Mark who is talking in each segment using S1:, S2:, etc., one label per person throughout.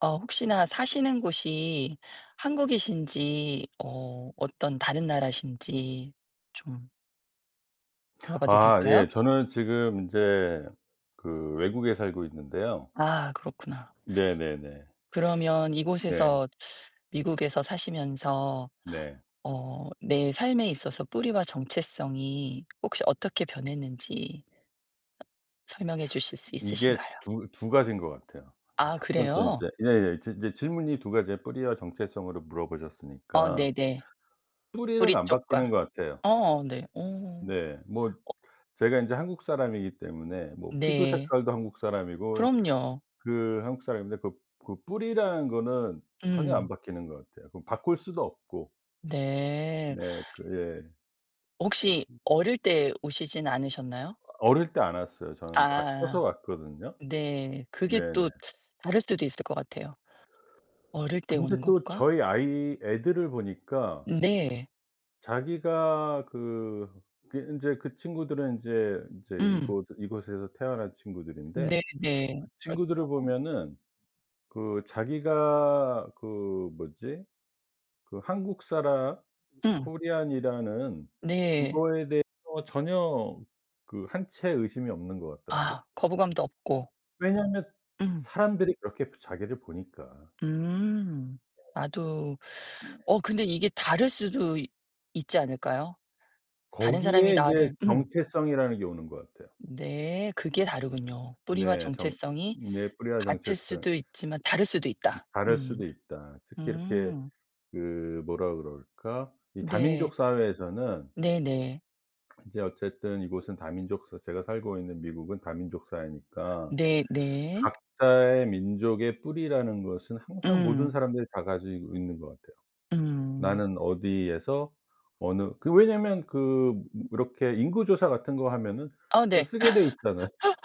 S1: 혹시나 사시는 곳이 한국이신지 어떤 다른 나라신지 좀 물어봐도
S2: 아
S1: 될까요?
S2: 예. 저는 지금 이제 그 외국에 살고 있는데요.
S1: 아, 그렇구나.
S2: 네네네.
S1: 그러면
S2: 네.
S1: 이곳에서 미국에서 사시면서
S2: 네.
S1: 내 삶에 있어서 뿌리와 정체성이 혹시 어떻게 변했는지 설명해 주실 수
S2: 이게
S1: 있으신가요?
S2: 두 가지인 것 같아요.
S1: 아,
S2: 첫 번째
S1: 그래요?
S2: 인제 예예. 지 이제 질문이 두 가지예요. 뿌리와 정체성으로
S1: 어,
S2: 물어보셨으니까.
S1: 네네. 뿌리
S2: 뿌리는 안 바뀌는
S1: 쪽과.
S2: 것 같아요.
S1: 어, 네. 어.
S2: 네. 뭐 제가 인제 한국 사람이기 때문에 뭐 피부
S1: 네.
S2: 색깔도 한국 사람이고
S1: 그럼요.
S2: 그 한국 사람인데 그 뿌리라는 거는 전혀 안
S1: 음.
S2: 바뀌는 것 같아요. 그 바꿀 수도 없고.
S1: 네.
S2: 네. 그 예.
S1: 혹시 어릴 때 오시진 않으셨나요?
S2: 어릴 때 안 왔어요. 저는 다 커서
S1: 아,
S2: 왔거든요.
S1: 네. 그게
S2: 네네.
S1: 또 다를 수도 있을 것 같아요. 어릴 때
S2: 근데
S1: 오는
S2: 또
S1: 것과.
S2: 저희 아이 애들을 보니까
S1: 네.
S2: 자기가 그 인제 그 친구들은 인제
S1: 음.
S2: 이곳에서 태어난 친구들인데
S1: 네네.
S2: 그
S1: 그렇
S2: 친구들을 보면은 그 자기가 그 뭐지? 그 한국 사람
S1: 음.
S2: 코리안이라는
S1: 네.
S2: 그거에 대해서 전혀 그 한채 의심이 없는 것 같더라고요.
S1: 아, 거부감도 없고.
S2: 왜냐하면
S1: 음.
S2: 사람들이 그렇게 자기를 보니까.
S1: 음. 나도.
S2: 네.
S1: 근데 이게 다를 수도 있 있지 않을까요? 다른 사람이
S2: 거기에 이제
S1: 나를. 음.
S2: 정체성이라는 게 오는 것 같아요.
S1: 네. 그게 다르군요. 뿌리와
S2: 네. 정
S1: 정체성이
S2: 네. 뿌리와
S1: 같을
S2: 정체성.
S1: 수도 있지만 다를 수도 있다.
S2: 다를
S1: 음.
S2: 수도 있다. 특히 이렇게
S1: 음.
S2: 그 뭐라 그럴까? 이
S1: 네.
S2: 다민족 사회에서는
S1: 네네.
S2: 이제 어쨌든 이곳은 다민족 사 제가 살고 있는 미국은 다민족 사회니까
S1: 네네.
S2: 각자의 민족의 뿌리라는 것은 항상 모든
S1: 음.
S2: 사람들이 다 가지고 있는 것 같아요.
S1: 음.
S2: 나는 어디에서 어느 그 왜냐면 그 이렇게 인구 조사 같은 거 하면은
S1: 아,
S2: 그거
S1: 네.
S2: 쓰게 돼 있잖아요.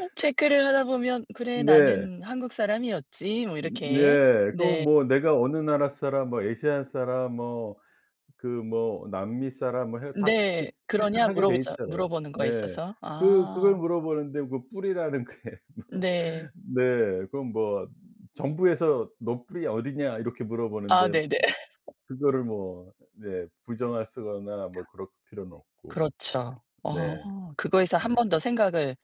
S1: 체크를 하다 보면 '그래,
S2: 네.
S1: 나는 한국 사람이었지.' 뭐 이렇게.
S2: 네. 또
S1: 네.
S2: 뭐 내가 어느 나라 사람 뭐 아시안 사람 뭐 그 뭐 남미 사람 뭐 해 다 그
S1: 네.
S2: 체크를
S1: "그러냐?"
S2: 하게 돼
S1: 물어보자
S2: 있잖아요.
S1: 물어보는 거에
S2: 네.
S1: 있어서.
S2: 그 그걸
S1: 아.
S2: 물어보는데 그 뿔이라는 게 뭐
S1: 네.
S2: 네. 그건 뭐 정부에서 "너 뿔이 어디냐?" 이렇게
S1: 아,
S2: 물어보는데
S1: 네네.
S2: 그거를 뭐 네 부정할 쓰거나 뭐 그럴 필요는 없고.
S1: 그렇죠.
S2: 네.
S1: 그거에서
S2: 네.
S1: 한 번 더 생각을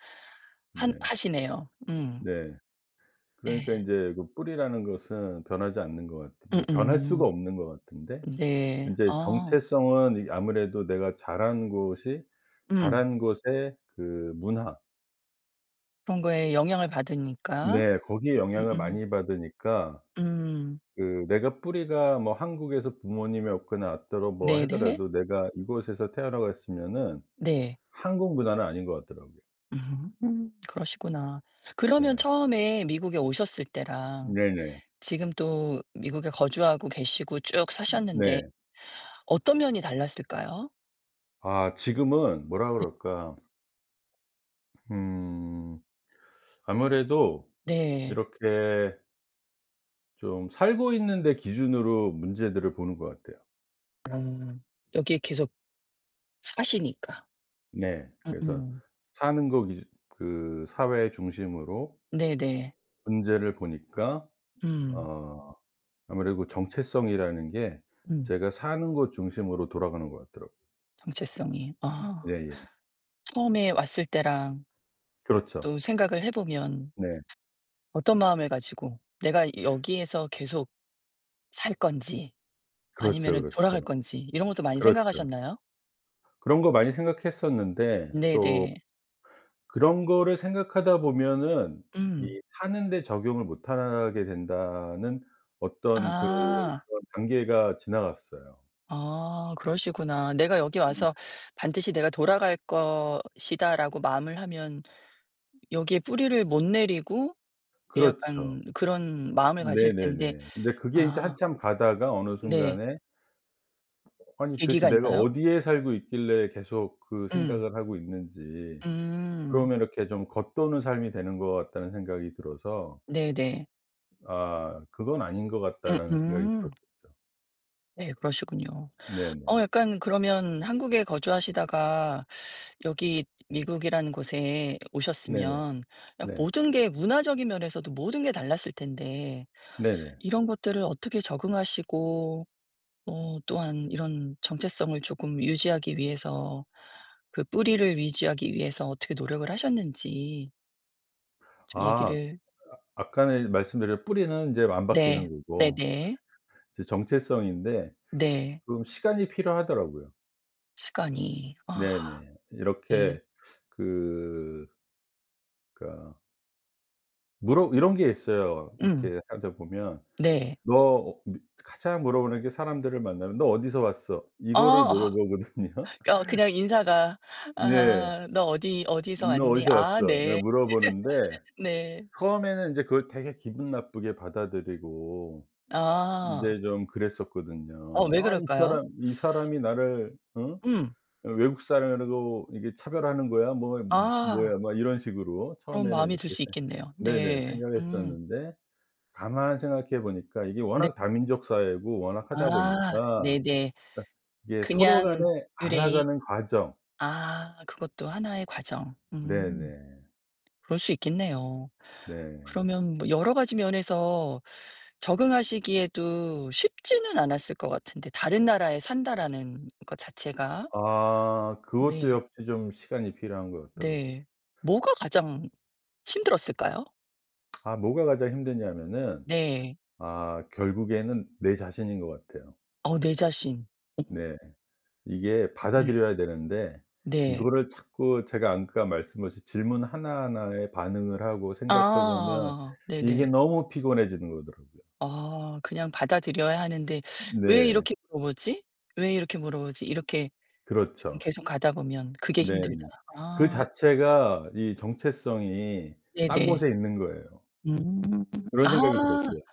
S1: 한
S2: 네.
S1: 하시네요. 음.
S2: 네. 그러니까
S1: 네.
S2: 인제 그 뿔이라는 것은 변하지 않는 것 같 뭐 변할 수가
S1: 음음.
S2: 없는 것 같은데
S1: 네.
S2: 인제
S1: 어.
S2: 정체성은 이 아무래도 내가 자란 곳이
S1: 음.
S2: 자란 곳의 그 문화
S1: 그런 거에 영향을 받으니까.
S2: 네 거기에
S1: 음음.
S2: 영향을
S1: 음.
S2: 많이 받으니까
S1: 음.
S2: 그 내가 뿌리가 뭐 한국에서 부모님이 없거나 왔더라 뭐
S1: 네네.
S2: 하더라도 내가 이곳에서 태어나갔으면은
S1: 네.
S2: 한국 문화는 아닌 것 같더라고요.
S1: 그러시구나. 그러면
S2: 네.
S1: 처음에 미국에 오셨을 때랑
S2: 네네.
S1: 지금 또 미국에 거주하고 계시고 쭉 사셨는데
S2: 네.
S1: 어떤 면이 달랐을까요?
S2: 아 지금은 뭐라 그럴까? 음 아무래도
S1: 네.
S2: 이렇게 좀 살고 있는 데 기준으로 문제들을 보는 것 같아요.
S1: 음, 여기에 계속 사시니까.
S2: 네. 그래서
S1: 음음.
S2: 사는 거 기준 그 사회 중심으로
S1: 네네.
S2: 문제를 보니까
S1: 음.
S2: 어 아무래도 정체성이라는 게
S1: 음.
S2: 제가 사는 것 중심으로 돌아가는 것 같더라고요.
S1: 정체성이. 아.
S2: 예예.
S1: 처음에 왔을 때랑
S2: 그렇죠.
S1: 또 생각을 해 보면
S2: 네.
S1: 어떤 마음을 가지고 내가 여기에서 계속 살 건지
S2: 그렇죠,
S1: 아니면은 돌아갈
S2: 그렇죠.
S1: 건지 이런 것도 많이
S2: 그렇죠.
S1: 생각하셨나요?
S2: 그런 거 많이 생각했었는데 또
S1: 네네.
S2: 그런 거를 생각하다 보면은
S1: 음.
S2: 이 '사는 데 적용을 못 하게 된다.'는 어떤
S1: 아.
S2: 그런 단계가 지나갔어요.
S1: 아, 그러시구나. '내가 여기
S2: 음.
S1: 와서 반드시 내가 돌아갈 것이다.'라고 마음을 하면 여기에 뿌리를 못 내리고
S2: 그렇죠.
S1: 약간 그런 마음을 가질 텐데.
S2: 네네네. 근데 그게 인제
S1: 아,
S2: 한참 가다가 어느
S1: 네.
S2: 순간에 '아니 도대체
S1: 계기가
S2: 내가
S1: 있나요?
S2: 어디에 살고 있길래 계속 그
S1: 음.
S2: 생각을 하고 있는지.'
S1: 음.
S2: 그러면 이렇게 좀 '겉도는 삶이 되는 것 같다.'는 생각이 들어서
S1: 네네.
S2: '아 그건 아닌 것 같다.'라는 생각이
S1: 음음.
S2: 들었었죠.
S1: 네, 그러시군요.
S2: 네네.
S1: 약간 그러면 한국에 거주하시다가 여기 미국이라는 곳에
S2: 네네.
S1: 오셨으면 약
S2: 네.
S1: 모든 게 문화적인 면에서도 모든 게 달랐을 텐데
S2: 네네.
S1: 이런 것들을 어떻게 적응하시고 또한 이런 정체성을 조금 유지하기 위해서 그 뿌리를 유지하기 위해서 어떻게 노력을 하셨는지 좀
S2: 아
S1: 얘기를.
S2: 아까는 말씀드린 뿌리는 인제 안 바뀌는
S1: 네.
S2: 거고
S1: 네네.
S2: 이제 정체성인데
S1: 네.
S2: 좀 시간이 필요하더라고요.
S1: 시간이. 아,
S2: 네네.
S1: 네.
S2: 이렇게 그 그러니까 물어 이런 게 있어요.
S1: 음.
S2: 이렇게 하다 보면
S1: 네.
S2: 너 어 미 가장 물어보는 게 사람들을 만나면 "너 어디서 왔어?"
S1: 아
S2: 이거를
S1: 아
S2: 물어보거든요.
S1: 어 어, 그냥 인사가.
S2: 예.
S1: 아, "너 어디서
S2: "너
S1: 왔니?"
S2: 어디서
S1: 아,
S2: 왔어?" 예
S1: 네.
S2: 물어보는데
S1: 네.
S2: 처음에는 인제 그걸 되게 기분 나쁘게 받아들이고
S1: 아.
S2: 인제 좀 그랬었거든요.
S1: 왜
S2: '아
S1: 그럴까요?
S2: 이 사람이 나를
S1: 음.
S2: 외국 사람이라고 이게 차별하는 거야? 뭐 뭐
S1: 아,
S2: 뭐야?' 막 이런 식으로
S1: 그런
S2: 처음에는
S1: 마음이 들
S2: 이렇게
S1: 수
S2: 생
S1: 있겠네요.
S2: 네네
S1: 네. 음.
S2: 생각했었는데 가만 생각해 보니까 이게 워낙 다민족 사회고 워낙 하다
S1: 아,
S2: 보니까
S1: 네네.
S2: 그러니까 이게 서로 간에
S1: 그냥 의뢰인.
S2: 알아가는 과정
S1: 아, 그것도 하나의 과정.
S2: 네네.
S1: 그럴 수 있겠네요.
S2: 네.
S1: 그러면 뭐 여러 가지 면에서 적응하시기에도 쉽지는 않았을 것 같은데 다른 나라에 산다라는 것 자체가.
S2: 아 그것도
S1: 네.
S2: 역시 좀 시간이 필요한 것 같더라고요.
S1: 네. 뭐가 가장 힘들었을까요?
S2: 아 뭐가 가장 힘드냐면은
S1: 네.
S2: 아 결국에는 내 자신인 것 같아요.
S1: 내 자신.
S2: 네. 이게
S1: 네.
S2: 받아들여야 되는데
S1: 네.
S2: 이거를 자꾸 제가 아까 말씀하신 질문 하나하나에 반응을 하고 생각하고 하면
S1: 아,
S2: 이게
S1: 네네.
S2: 너무 피곤해지는 거더라고요.
S1: 아, 그냥 받아들여야 하는데 '왜
S2: 네.
S1: 이렇게 물어보지? 왜 이렇게 물어보지?' 이렇게 좀
S2: 그렇죠.
S1: 계속 가다 보면 그게 힘들다.
S2: 네네. 그
S1: 아,
S2: 자체가 이 정체성이 딴
S1: 네네.
S2: 곳에 있는 거예요.
S1: 음.
S2: 그런 생각이 들었어요.
S1: 아,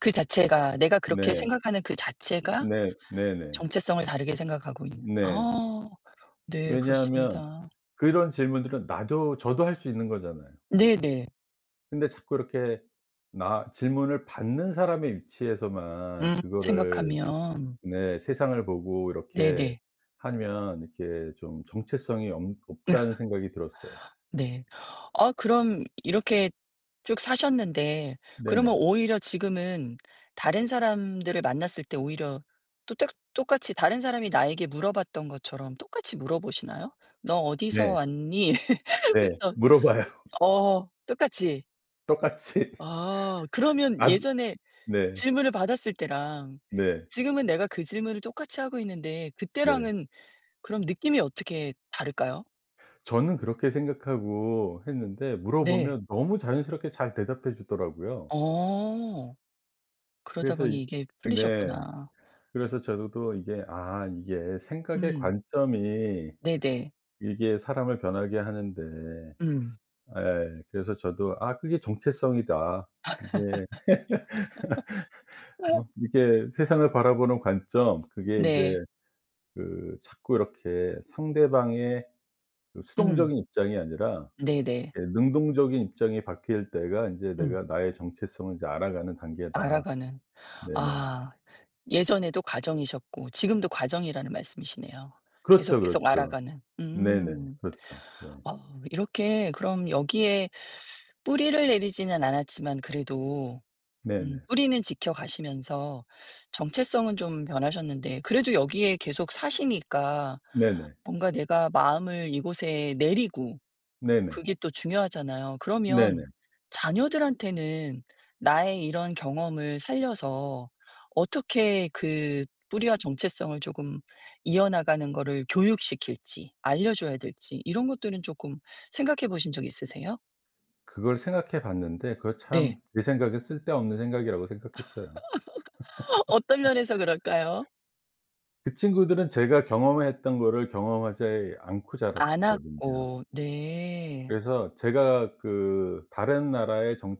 S1: 그 자체가 내가 그렇게
S2: 네.
S1: 생각하는 그 자체가
S2: 네. 네네.
S1: 정체성을 다르게 생각하고 있는.
S2: 네.
S1: 아, 네,
S2: 왜냐하면
S1: 그렇습니다.
S2: 그런 질문들은 나도 저도 할 수 있는 거잖아요.
S1: 네네.
S2: 근데 자꾸 이렇게 나 질문을 받는 사람의 위치에서만 그거를
S1: 생각하면.
S2: 네 세상을 보고 이렇게
S1: 네네.
S2: 하면 이렇게 좀 정체성이 없 없다는 생각이 들었어요.
S1: 네. 아, 그럼 이렇게 쭉 사셨는데 그러면
S2: 네네.
S1: 오히려 지금은 다른 사람들을 만났을 때 오히려 또 똑 똑같이 다른 사람이 나에게 물어봤던 것처럼 똑같이 물어보시나요? "너 어디서
S2: 네.
S1: 왔니?"
S2: 네.
S1: 그래서
S2: 물어봐요.
S1: 똑같이.
S2: 똑같이.
S1: 아, 그러면
S2: 아
S1: 예전에
S2: 네.
S1: 질문을 받았을 때랑
S2: 네.
S1: 지금은 내가 그 질문을 똑같이 하고 있는데
S2: 네.
S1: 그때랑은 그럼 느낌이 어떻게 다를까요?
S2: 저는 그렇게 생각하고 했는데
S1: 네.
S2: 물어보면 너무 자연스럽게 잘 대답해 주더라고요.
S1: 어. 그러다
S2: 그래서
S1: 보니
S2: 이
S1: 이게
S2: 네.
S1: 풀리셨구나.
S2: 그래서 저도 이게 '아 이게 생각의
S1: 음.
S2: 관점이
S1: 네네.
S2: 이게 사람을 변하게 하는데'
S1: 음.
S2: 예. 그래서 저도 '아 그게 정체성이다.' 이게 이게 세상을 바라보는 관점 그게 인제
S1: 네.
S2: 그 자꾸 이렇게 상대방의 그
S1: 음.
S2: 수동적인 입장이 아니라
S1: 네네.
S2: 예 능동적인 입장이 바뀔 때가 인제
S1: 음.
S2: 내가 나의 정체성을 이제 알아가는 단계다.
S1: 알아가는.
S2: 네네.
S1: 아. 예전에도 과정이셨고 지금도 과정이라는 말씀이시네요. 계속,
S2: 그렇죠,
S1: 계속
S2: 그렇죠.
S1: 알아가는.
S2: 네네.
S1: 음.
S2: 그렇죠. 네.
S1: 이렇게 그럼 여기에 뿌리를 내리지는 않았지만 그래도
S2: 네네.
S1: 뿌리는 지켜가시면서 정체성은 좀 변하셨는데 그래도 여기에 계속 사시니까
S2: 네네.
S1: 뭔가 내가 마음을 이곳에 내리고
S2: 네네.
S1: 그게 또 중요하잖아요.
S2: 네네.
S1: 그러면 자녀들한테는 나의 이런 경험을 살려서 어떻게 그 뿌리와 정체성을 조금 이어나가는 거를 교육시킬지 알려줘야 될지 이런 것들은 조금 생각해 보신 적 있으세요?
S2: 그걸 생각해 봤는데 그거
S1: 네.
S2: 참 제 생각에 쓸데없는 생각이라고 생각했어요.
S1: 어떤 면에서 그럴까요?
S2: 그 친구들은 제가 경험했던 거를 경험하지 않고
S1: 안
S2: 자랐거든요.
S1: 왔고. 네.
S2: 그래서 제가 그 다른 나라의 정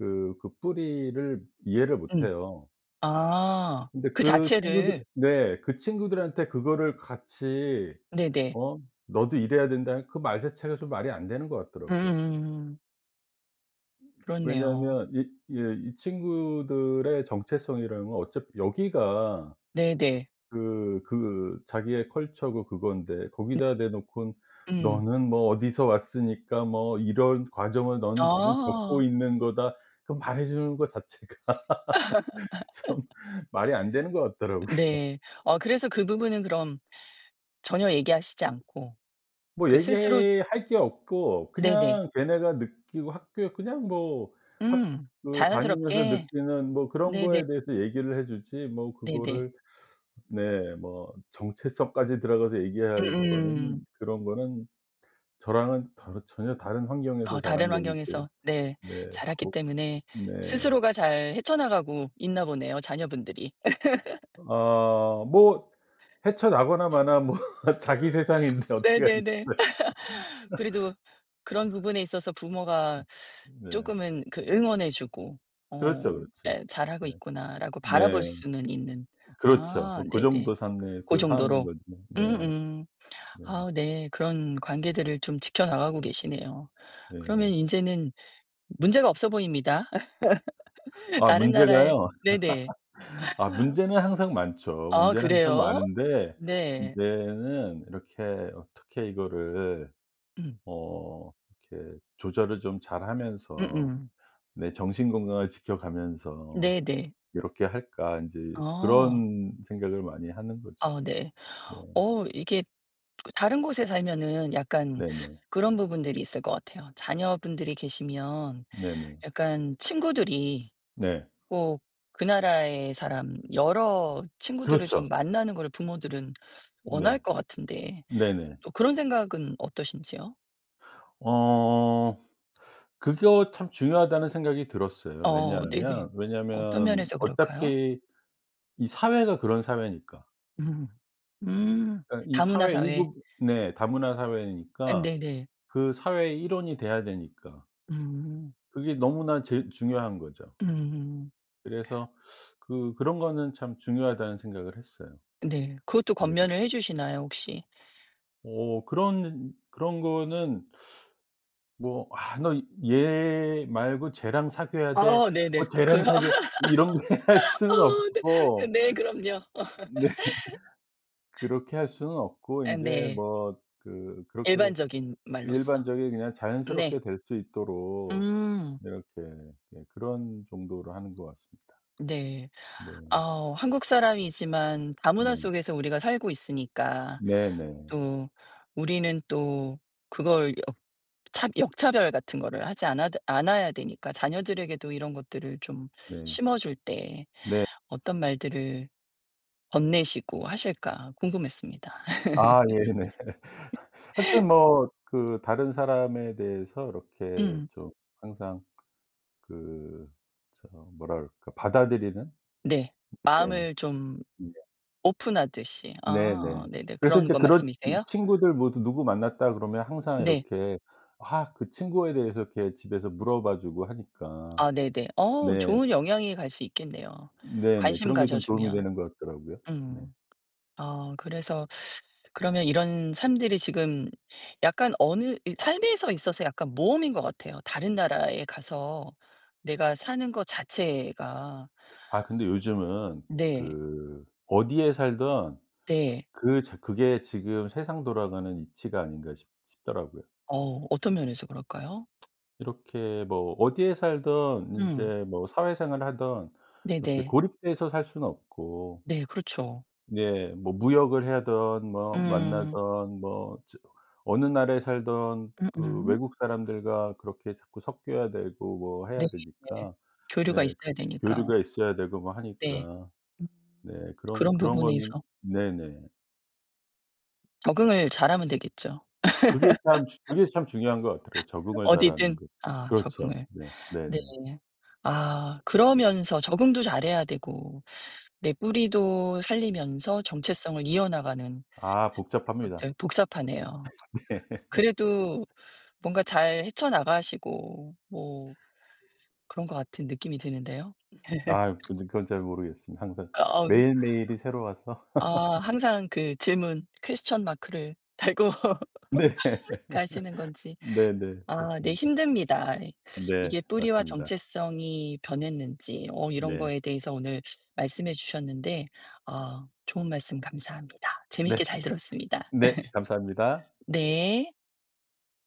S2: 그 뿌리를 이해를 못
S1: 음.
S2: 해요.
S1: 아.
S2: 근데
S1: 그
S2: 그 친구들
S1: 자체를.
S2: 네. 그 친구들한테 그거를 같이
S1: 네네.
S2: 어 "너도 일해야 된다." 그 말 자체가 좀 말이 안 되는 것 같더라고요.
S1: 음음음음. 그렇네요.
S2: 왜냐하면 이 예 이 친구들의 정체성이라는 건 어차피 여기가
S1: 네네.
S2: 그 자기의 컬처고 그건데 거기다 대놓고는
S1: 음.
S2: "너는 뭐 어디서 왔으니까 뭐 이런 과정을 너는 지금 겪고
S1: 아.
S2: 있는 거다." 그 말해 주는 것 자체가 좀 말이 안 되는 것 같더라고요.
S1: 네. 그래서 그 부분은 그럼 전혀 얘기하시지 않고
S2: 뭐
S1: 그 스스로.
S2: 얘기할 게 없고
S1: 네네.
S2: 그냥 걔네가 느끼고 학교 그냥 뭐 학
S1: 음.
S2: 그 다니면서
S1: 자연스럽게.
S2: 느끼는 뭐 그런
S1: 네네.
S2: 거에 대해서 얘기를 해 주지 뭐
S1: 네네.
S2: 그거를 네 뭐 정체성까지 들어가서 얘기할
S1: 음음.
S2: 거는 그런 거는 저랑은 다르 전혀 다른 환경에서 자란
S1: 다른
S2: 거기 때문에
S1: 환경에서 네
S2: 네.
S1: 자랐기
S2: 고
S1: 때문에
S2: 네.
S1: 스스로가 잘 헤쳐나가고 있나 보네요, 자녀분들이.
S2: 아 뭐 헤쳐나거나 마나 뭐 자기 세상인데 어게하겠
S1: 네네네.
S2: 어요
S1: 그래도 그런 부분에 있어서 부모가
S2: 네.
S1: 쪼끔은 그 응원해 주고 어
S2: 그렇죠, 그렇죠.
S1: 예, '잘하고
S2: 네.
S1: 있구나.'라고 바라볼
S2: 네.
S1: 수는 있는.
S2: 그렇죠.
S1: 아,
S2: 뭐 그
S1: 네네.
S2: 정도 산네
S1: 고
S2: 그 사는
S1: 정도로.
S2: 거죠. 네.
S1: 음음.
S2: 네.
S1: 아, 네. 그런 관계들을 좀 지켜나가고 계시네요. 그러면
S2: 네.
S1: 인제는 문제가 없어 보입니다.
S2: 아
S1: 다른 나라에.
S2: 문제가요.
S1: 네네.
S2: 아 문제는 항상 많죠.
S1: 아,
S2: 문제는 항상
S1: 그래요?
S2: 많은데
S1: 네.
S2: 이제는 이렇게 어떻게 이거를
S1: 음.
S2: 어 이렇게 조절을 좀 잘하면서
S1: 음음.
S2: 내 정신 건강을 지켜가면서
S1: 네네.
S2: '이렇게 할까.' 인제
S1: 어.
S2: 그런 생각을 많이 하는 거죠.
S1: 아, 네.
S2: 네.
S1: 이게 그 다른 곳에 살면은 약간
S2: 네네.
S1: 그런 부분들이 있을 것 같아요. 자녀분들이 계시면
S2: 네네. 네.
S1: 약간 친구들이
S2: 네. 네.
S1: 꼭 그 나라의 사람 여러 친구들을 좀
S2: 그렇죠.
S1: 만나는 걸 부모들은 원할
S2: 네.
S1: 것 같은데
S2: 네네.
S1: 또 그런 생각은 어떠신지요?
S2: 어 그거 참 중요하다는 생각이 들었어요.
S1: 네. 네,
S2: 왜냐하면
S1: 어떤
S2: 왜냐하면
S1: 면에서 그럴까요?
S2: 어차피 이 사회가 그런 사회니까.
S1: 음. 음.
S2: 그러니까 이
S1: 다문화
S2: 사회
S1: 사회.
S2: 일부 네 다문화
S1: 아,
S2: 사회니까
S1: 네네.
S2: 그 사회의 일원이 돼야 되니까.
S1: 음.
S2: 그게 너무나 제 중요한 거죠.
S1: 음.
S2: 그래서 그런 거는 참 중요하다는 생각을 했어요.
S1: 네. 그것도
S2: 네.
S1: 권면을 해 주시나요 혹시?
S2: 어 그런 거는 뭐 '아 너 얘 말고 쟤랑 사귀어야 돼.'
S1: 아,
S2: 뭐
S1: 네네.
S2: '쟤랑
S1: 그
S2: 사귀어' 이런 게 할
S1: 아,
S2: 수는
S1: 네.
S2: 없고
S1: 네, 그럼요.
S2: 그렇게 할 수는 없고
S1: 아,
S2: 인제
S1: 네.
S2: 뭐 그렇게
S1: 일반적인 말로써.
S2: 일반적인 그냥
S1: 네.
S2: 자연스럽게 될 수 있도록
S1: 음.
S2: 이렇게 예 그런 정도로 하는 것 같습니다.
S1: 네.
S2: 네.
S1: 아, 한국 사람이지만 다문화
S2: 네.
S1: 속에서 우리가 살고 있으니까
S2: 네네.
S1: 또 우리는 또 그걸 차 역차별 같은 거를 하지 않아야 되니까 자녀들에게도 이런 것들을 좀
S2: 네.
S1: 심어줄 때
S2: 네.
S1: 어떤 말들을 건네시고 하실까 궁금했습니다.
S2: 아 예 네. 하여튼 뭐 그 다른 사람에 대해서 이렇게
S1: 음.
S2: 좀 항상 그 저 뭐라 그럴까 받아들이는
S1: 네.
S2: 네.
S1: 마음을 좀
S2: 음.
S1: 오픈하듯이. 아,
S2: 네네.
S1: 네네.
S2: 그래서
S1: 그런
S2: 인제
S1: 거
S2: 그런 이
S1: 말씀이세요?
S2: 친구들 모두 "누구 만났다." 그러면 항상
S1: 네.
S2: 이렇게 아 그 친구에 대해서 이렇게 집에서 물어봐 주고 하니까.
S1: 아, 네네.
S2: 네.
S1: 좋은 영향이 갈 수 있겠네요,
S2: 네네.
S1: 관심
S2: 그런 게
S1: 가져
S2: 좀 도움이
S1: 주면.
S2: 되는 것 같더라고요. 네.
S1: 음. 아, 그래서 그러면 이런 삶들이 지금 약간 어느 이 삶에서 있어서 약간 모험인 것 같아요. 다른 나라에 가서 내가 사는 거 자체가.
S2: 아 근데 요즘은
S1: 네.
S2: 그 어디에 살든
S1: 네.
S2: 그 자 그게 지금 세상 돌아가는 이치가 아닌가 싶 싶더라고요.
S1: 어 어떤 면에서 그럴까요?
S2: 이렇게 뭐 어디에 살든
S1: 음.
S2: 인제 뭐 사회생활을 하든
S1: 네네.
S2: 이렇게
S1: 네.
S2: 고립돼서 살 수는 없고
S1: 네, 그렇죠.
S2: 네. 뭐 무역을 하든 뭐
S1: 음.
S2: 만나든 뭐 저 어느 나라에 살든 그
S1: 음음.
S2: 외국 사람들과 그렇게 자꾸 섞여야 되고 뭐
S1: 네.
S2: 해야
S1: 네.
S2: 되니까
S1: 교류가
S2: 네 그
S1: 있어야 되니까.
S2: 교류가 있어야 되고 뭐
S1: 네.
S2: 하니까.
S1: 음.
S2: 네 그런
S1: 그런
S2: 그런 거는
S1: 부분에서
S2: 네네.
S1: 적응을 잘하면 되겠죠.
S2: 그게 참 중요한 것 같더라고요. 적응을 잘하는
S1: 어디든.
S2: 거.
S1: 아,
S2: 그렇죠.
S1: 적응을.
S2: 네.
S1: 네.
S2: 네네.
S1: 아, 그러면서 적응도 잘해야 되고 내 뿌리도 살리면서 정체성을 이어나가는
S2: 아 복잡합니다.
S1: 것들 복잡하네요.
S2: 네.
S1: 그래도 뭔가 잘 헤쳐나가시고 뭐 그런 것 같은 느낌이 드는데요.
S2: 아 근데 그건 잘 모르겠습니다. 항상
S1: 아 아 왜-
S2: 매일매일이 새로워서.
S1: 아, 항상 그 질문 퀘스천 마크를 달고
S2: 네.
S1: 가시는 건지.
S2: 네네.
S1: 아, 네,
S2: 그렇습니다.
S1: 힘듭니다.
S2: 네.
S1: 이게 뿌리와
S2: 맞습니다.
S1: 정체성이 변했는지 이런
S2: 네.
S1: 거에 대해서 오늘 말씀해 주셨는데, 아, 좋은 말씀 감사합니다. 재밌게
S2: 네.
S1: 잘 들었습니다.
S2: 네. 감사합니다.
S1: 네.